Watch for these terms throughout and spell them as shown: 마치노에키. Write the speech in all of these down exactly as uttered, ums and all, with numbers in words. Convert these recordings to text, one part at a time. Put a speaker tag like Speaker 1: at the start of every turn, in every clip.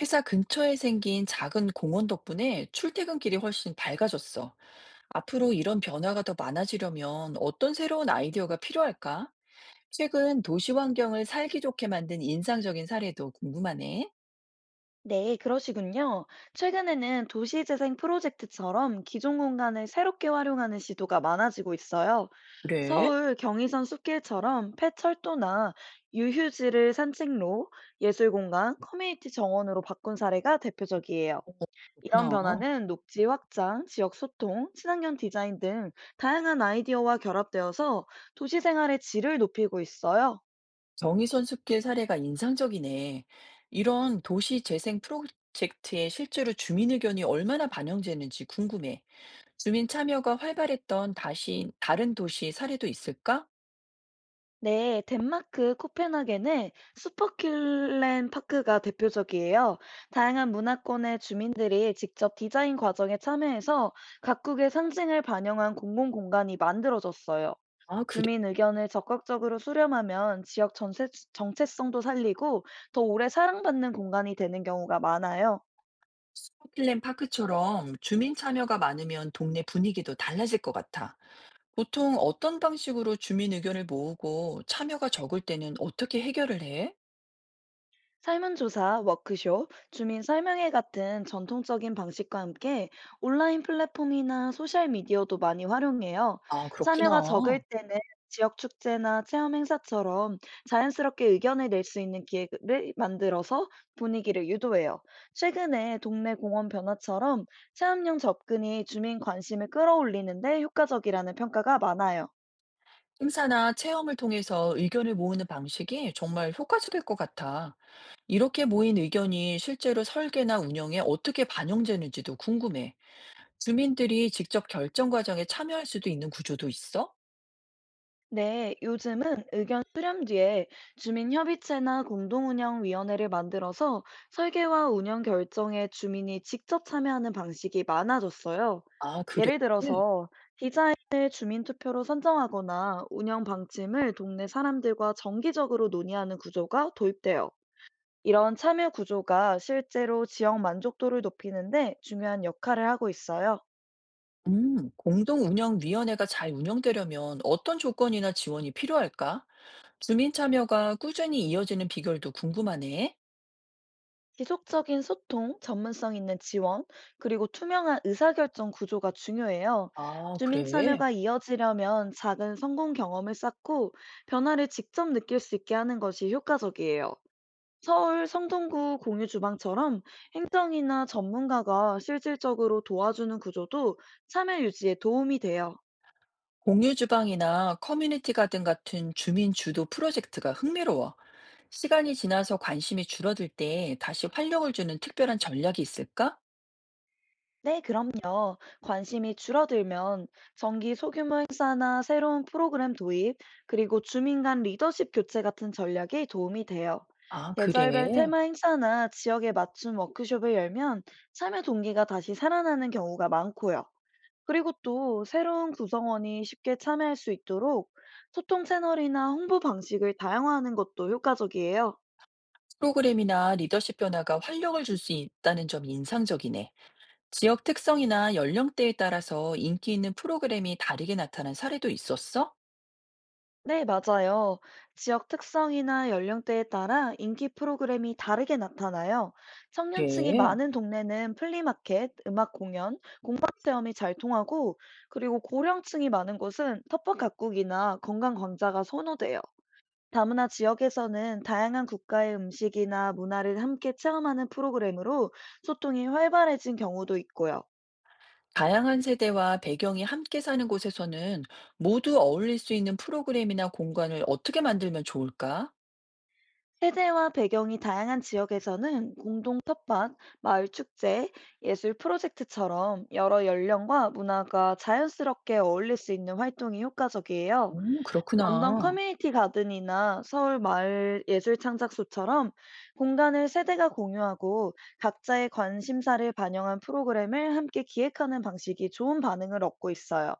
Speaker 1: 회사 근처에 생긴 작은 공원 덕분에 출퇴근길이 훨씬 밝아졌어. 앞으로 이런 변화가 더 많아지려면 어떤 새로운 아이디어가 필요할까? 최근 도시 환경을 살기 좋게 만든 인상적인 사례도 궁금하네.
Speaker 2: 네, 그러시군요. 최근에는 도시재생 프로젝트처럼 기존 공간을 새롭게 활용하는 시도가 많아지고 있어요.
Speaker 1: 그래?
Speaker 2: 서울 경의선 숲길처럼 폐철도나 유휴지를 산책로, 예술공간, 커뮤니티 정원으로 바꾼 사례가 대표적이에요. 이런
Speaker 1: 그렇구나.
Speaker 2: 변화는 녹지 확장, 지역 소통, 친환경 디자인 등 다양한 아이디어와 결합되어서 도시 생활의 질을 높이고 있어요.
Speaker 1: 정의선 숲길 사례가 인상적이네. 이런 도시 재생 프로젝트에 실제로 주민 의견이 얼마나 반영되는지 궁금해. 주민 참여가 활발했던 다시 다른 도시 사례도 있을까?
Speaker 2: 네, 덴마크 코펜하겐의 슈퍼큘렌 파크가 대표적이에요. 다양한 문화권의 주민들이 직접 디자인 과정에 참여해서 각국의 상징을 반영한 공공 공간이 만들어졌어요.
Speaker 1: 아, 그래?
Speaker 2: 주민 의견을 적극적으로 수렴하면 지역 전세- 정체성도 살리고 더 오래 사랑받는 공간이 되는 경우가 많아요.
Speaker 1: 스코틀랜드 파크처럼 주민 참여가 많으면 동네 분위기도 달라질 것 같아. 보통 어떤 방식으로 주민 의견을 모으고 참여가 적을 때는 어떻게 해결을 해?
Speaker 2: 설문조사, 워크숍, 주민 설명회 같은 전통적인 방식과 함께 온라인 플랫폼이나 소셜미디어도 많이 활용해요.
Speaker 1: 아, 그렇구나.
Speaker 2: 참여가 적을 때는 지역 축제나 체험 행사처럼 자연스럽게 의견을 낼 수 있는 기회를 만들어서 분위기를 유도해요. 최근에 동네 공원 변화처럼 체험형 접근이 주민 관심을 끌어올리는데 효과적이라는 평가가 많아요.
Speaker 1: 행사나 체험을 통해서 의견을 모으는 방식이 정말 효과적일 것 같아. 이렇게 모인 의견이 실제로 설계나 운영에 어떻게 반영되는지도 궁금해. 주민들이 직접 결정 과정에 참여할 수도 있는 구조도 있어?
Speaker 2: 네, 요즘은 의견 수렴 뒤에 주민협의체나 공동운영위원회를 만들어서 설계와 운영 결정에 주민이 직접 참여하는 방식이 많아졌어요.
Speaker 1: 아, 그래.
Speaker 2: 예를 들어서 디자인을 주민투표로 선정하거나 운영 방침을 동네 사람들과 정기적으로 논의하는 구조가 도입돼요. 이런 참여 구조가 실제로 지역 만족도를 높이는데 중요한 역할을 하고 있어요.
Speaker 1: 음, 공동운영위원회가 잘 운영되려면 어떤 조건이나 지원이 필요할까? 주민 참여가 꾸준히 이어지는 비결도 궁금하네.
Speaker 2: 지속적인 소통, 전문성 있는 지원, 그리고 투명한 의사결정 구조가 중요해요.
Speaker 1: 아,
Speaker 2: 주민
Speaker 1: 그래.
Speaker 2: 참여가 이어지려면 작은 성공 경험을 쌓고 변화를 직접 느낄 수 있게 하는 것이 효과적이에요. 서울 성동구 공유주방처럼 행정이나 전문가가 실질적으로 도와주는 구조도 참여 유지에 도움이 돼요.
Speaker 1: 공유 주방이나 커뮤니티 가든 같은 주민 주도 프로젝트가 흥미로워. 시간이 지나서 관심이 줄어들 때 다시 활력을 주는 특별한 전략이 있을까?
Speaker 2: 네, 그럼요. 관심이 줄어들면 정기 소규모 행사나 새로운 프로그램 도입, 그리고 주민 간 리더십 교체 같은 전략이 도움이 돼요.
Speaker 1: 아,
Speaker 2: 계절별
Speaker 1: 그래.
Speaker 2: 테마 행사나 지역에 맞춤 워크숍을 열면 참여 동기가 다시 살아나는 경우가 많고요. 그리고 또 새로운 구성원이 쉽게 참여할 수 있도록 소통 채널이나 홍보 방식을 다양화하는 것도 효과적이에요.
Speaker 1: 프로그램이나 리더십 변화가 활력을 줄 수 있다는 점이 인상적이네. 지역 특성이나 연령대에 따라서 인기 있는 프로그램이 다르게 나타난 사례도 있었어?
Speaker 2: 네, 맞아요. 지역 특성이나 연령대에 따라 인기 프로그램이 다르게 나타나요. 청년층이
Speaker 1: 그래.
Speaker 2: 많은 동네는 플리마켓, 음악 공연, 공방 체험이 잘 통하고, 그리고 고령층이 많은 곳은 텃밭 가꾸기나 건강 광자가 선호돼요. 다문화 지역에서는 다양한 국가의 음식이나 문화를 함께 체험하는 프로그램으로 소통이 활발해진 경우도 있고요.
Speaker 1: 다양한 세대와 배경이 함께 사는 곳에서는 모두 어울릴 수 있는 프로그램이나 공간을 어떻게 만들면 좋을까?
Speaker 2: 세대와 배경이 다양한 지역에서는 공동 텃밭, 마을 축제, 예술 프로젝트처럼 여러 연령과 문화가 자연스럽게 어울릴 수 있는 활동이 효과적이에요.
Speaker 1: 음,
Speaker 2: 런던
Speaker 1: 그렇구나.
Speaker 2: 커뮤니티 가든이나 서울 마을 예술 창작소처럼 공간을 세대가 공유하고 각자의 관심사를 반영한 프로그램을 함께 기획하는 방식이 좋은 반응을 얻고 있어요.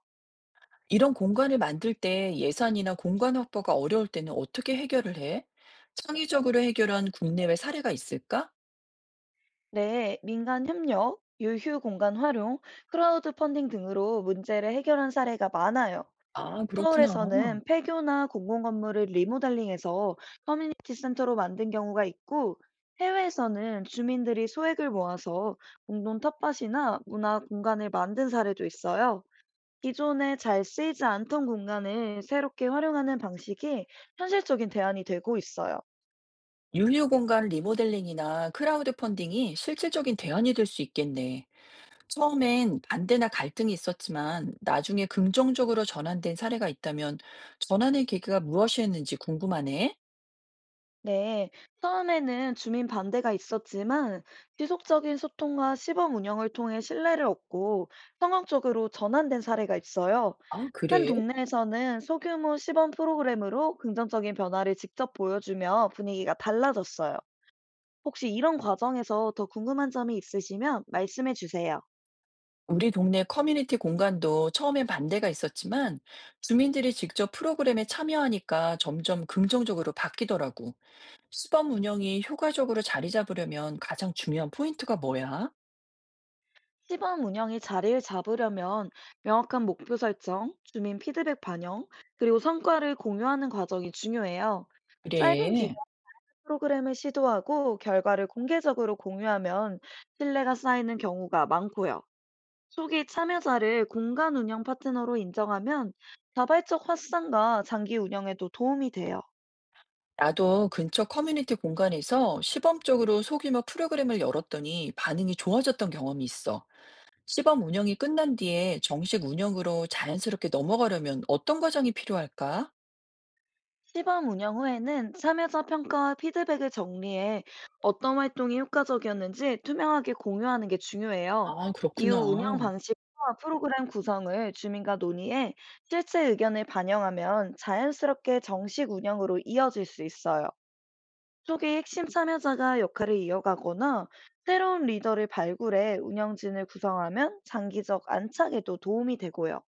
Speaker 1: 이런 공간을 만들 때 예산이나 공간 확보가 어려울 때는 어떻게 해결을 해? 창의적으로 해결한 국내외 사례가 있을까?
Speaker 2: 네, 민간 협력, 유휴 공간 활용, 크라우드 펀딩 등으로 문제를 해결한 사례가 많아요.
Speaker 1: 아, 그렇구나.
Speaker 2: 서울에서는 폐교나 공공 건물을 리모델링해서 커뮤니티 센터로 만든 경우가 있고, 해외에서는 주민들이 소액을 모아서 공동 텃밭이나 문화 공간을 만든 사례도 있어요. 기존에 잘 쓰이지 않던 공간을 새롭게 활용하는 방식이 현실적인 대안이 되고 있어요.
Speaker 1: 유휴 공간 리모델링이나 크라우드 펀딩이 실질적인 대안이 될 수 있겠네. 처음엔 반대나 갈등이 있었지만 나중에 긍정적으로 전환된 사례가 있다면 전환의 계기가 무엇이었는지 궁금하네.
Speaker 2: 네, 처음에는 주민 반대가 있었지만 지속적인 소통과 시범 운영을 통해 신뢰를 얻고 성공적으로 전환된 사례가 있어요.
Speaker 1: 아,
Speaker 2: 한
Speaker 1: 그래?
Speaker 2: 동네에서는 소규모 시범 프로그램으로 긍정적인 변화를 직접 보여주며 분위기가 달라졌어요. 혹시 이런 과정에서 더 궁금한 점이 있으시면 말씀해 주세요.
Speaker 1: 우리 동네 커뮤니티 공간도 처음엔 반대가 있었지만 주민들이 직접 프로그램에 참여하니까 점점 긍정적으로 바뀌더라고. 시범 운영이 효과적으로 자리 잡으려면 가장 중요한 포인트가 뭐야?
Speaker 2: 시범 운영이 자리를 잡으려면 명확한 목표 설정, 주민 피드백 반영, 그리고 성과를 공유하는 과정이 중요해요. 짧은 기간
Speaker 1: 그래.
Speaker 2: 프로그램을 시도하고 결과를 공개적으로 공유하면 신뢰가 쌓이는 경우가 많고요. 초기 참여자를 공간 운영 파트너로 인정하면 자발적 확산과 장기 운영에도 도움이 돼요.
Speaker 1: 나도 근처 커뮤니티 공간에서 시범적으로 소규모 프로그램을 열었더니 반응이 좋아졌던 경험이 있어. 시범 운영이 끝난 뒤에 정식 운영으로 자연스럽게 넘어가려면 어떤 과정이 필요할까?
Speaker 2: 시범 운영 후에는 참여자 평가와 피드백을 정리해 어떤 활동이 효과적이었는지 투명하게 공유하는 게 중요해요.
Speaker 1: 아,
Speaker 2: 이후
Speaker 1: 그렇구나.
Speaker 2: 운영 방식과 프로그램 구성을 주민과 논의해 실제 의견을 반영하면 자연스럽게 정식 운영으로 이어질 수 있어요. 쪽의 핵심 참여자가 역할을 이어가거나 새로운 리더를 발굴해 운영진을 구성하면 장기적 안착에도 도움이 되고요.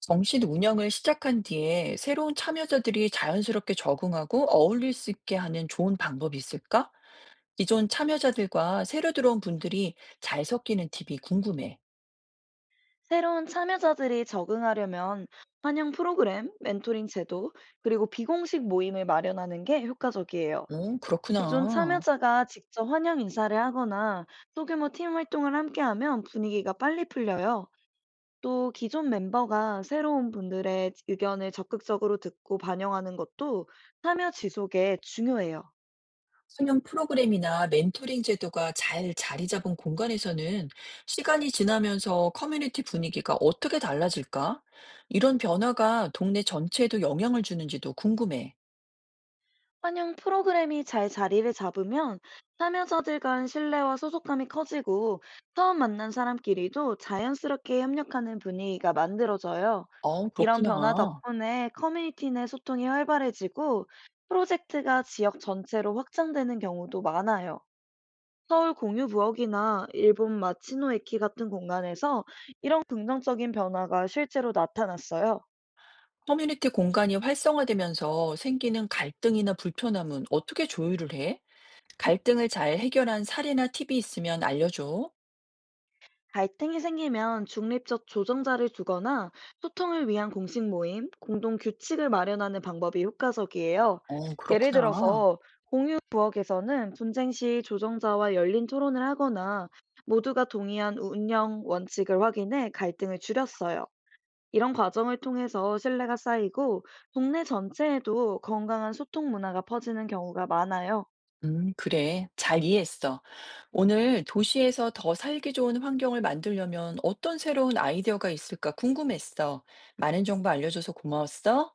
Speaker 1: 정식 운영을 시작한 뒤에 새로운 참여자들이 자연스럽게 적응하고 어울릴 수 있게 하는 좋은 방법이 있을까? 기존 참여자들과 새로 들어온 분들이 잘 섞이는 팁이 궁금해.
Speaker 2: 새로운 참여자들이 적응하려면 환영 프로그램, 멘토링 제도, 그리고 비공식 모임을 마련하는 게 효과적이에요.
Speaker 1: 응,
Speaker 2: 기존
Speaker 1: 그렇구나.
Speaker 2: 참여자가 직접 환영 인사를 하거나 소규모 팀 활동을 함께하면 분위기가 빨리 풀려요. 또 기존 멤버가 새로운 분들의 의견을 적극적으로 듣고 반영하는 것도 참여 지속에 중요해요.
Speaker 1: 수면 프로그램이나 멘토링 제도가 잘 자리 잡은 공간에서는 시간이 지나면서 커뮤니티 분위기가 어떻게 달라질까? 이런 변화가 동네 전체에도 영향을 주는지도 궁금해.
Speaker 2: 환영 프로그램이 잘 자리를 잡으면 참여자들 간 신뢰와 소속감이 커지고 처음 만난 사람끼리도 자연스럽게 협력하는 분위기가 만들어져요.
Speaker 1: 어,
Speaker 2: 이런 변화
Speaker 1: 그렇구나.
Speaker 2: 덕분에 커뮤니티 내 소통이 활발해지고 프로젝트가 지역 전체로 확장되는 경우도 많아요. 서울 공유부엌이나 일본 마치노에키 같은 공간에서 이런 긍정적인 변화가 실제로 나타났어요.
Speaker 1: 커뮤니티 공간이 활성화되면서 생기는 갈등이나 불편함은 어떻게 조율을 해? 갈등을 잘 해결한 사례나 팁이 있으면 알려줘.
Speaker 2: 갈등이 생기면 중립적 조정자를 두거나 소통을 위한 공식 모임, 공동 규칙을 마련하는 방법이 효과적이에요.
Speaker 1: 어,
Speaker 2: 예를
Speaker 1: 그렇구나.
Speaker 2: 들어서 공유부엌에서는 분쟁 시 조정자와 열린 토론을 하거나 모두가 동의한 운영 원칙을 확인해 갈등을 줄였어요. 이런 과정을 통해서 신뢰가 쌓이고 동네 전체에도 건강한 소통 문화가 퍼지는 경우가 많아요.
Speaker 1: 음, 그래. 잘 이해했어. 오늘 도시에서 더 살기 좋은 환경을 만들려면 어떤 새로운 아이디어가 있을까 궁금했어. 많은 정보 알려줘서 고마웠어.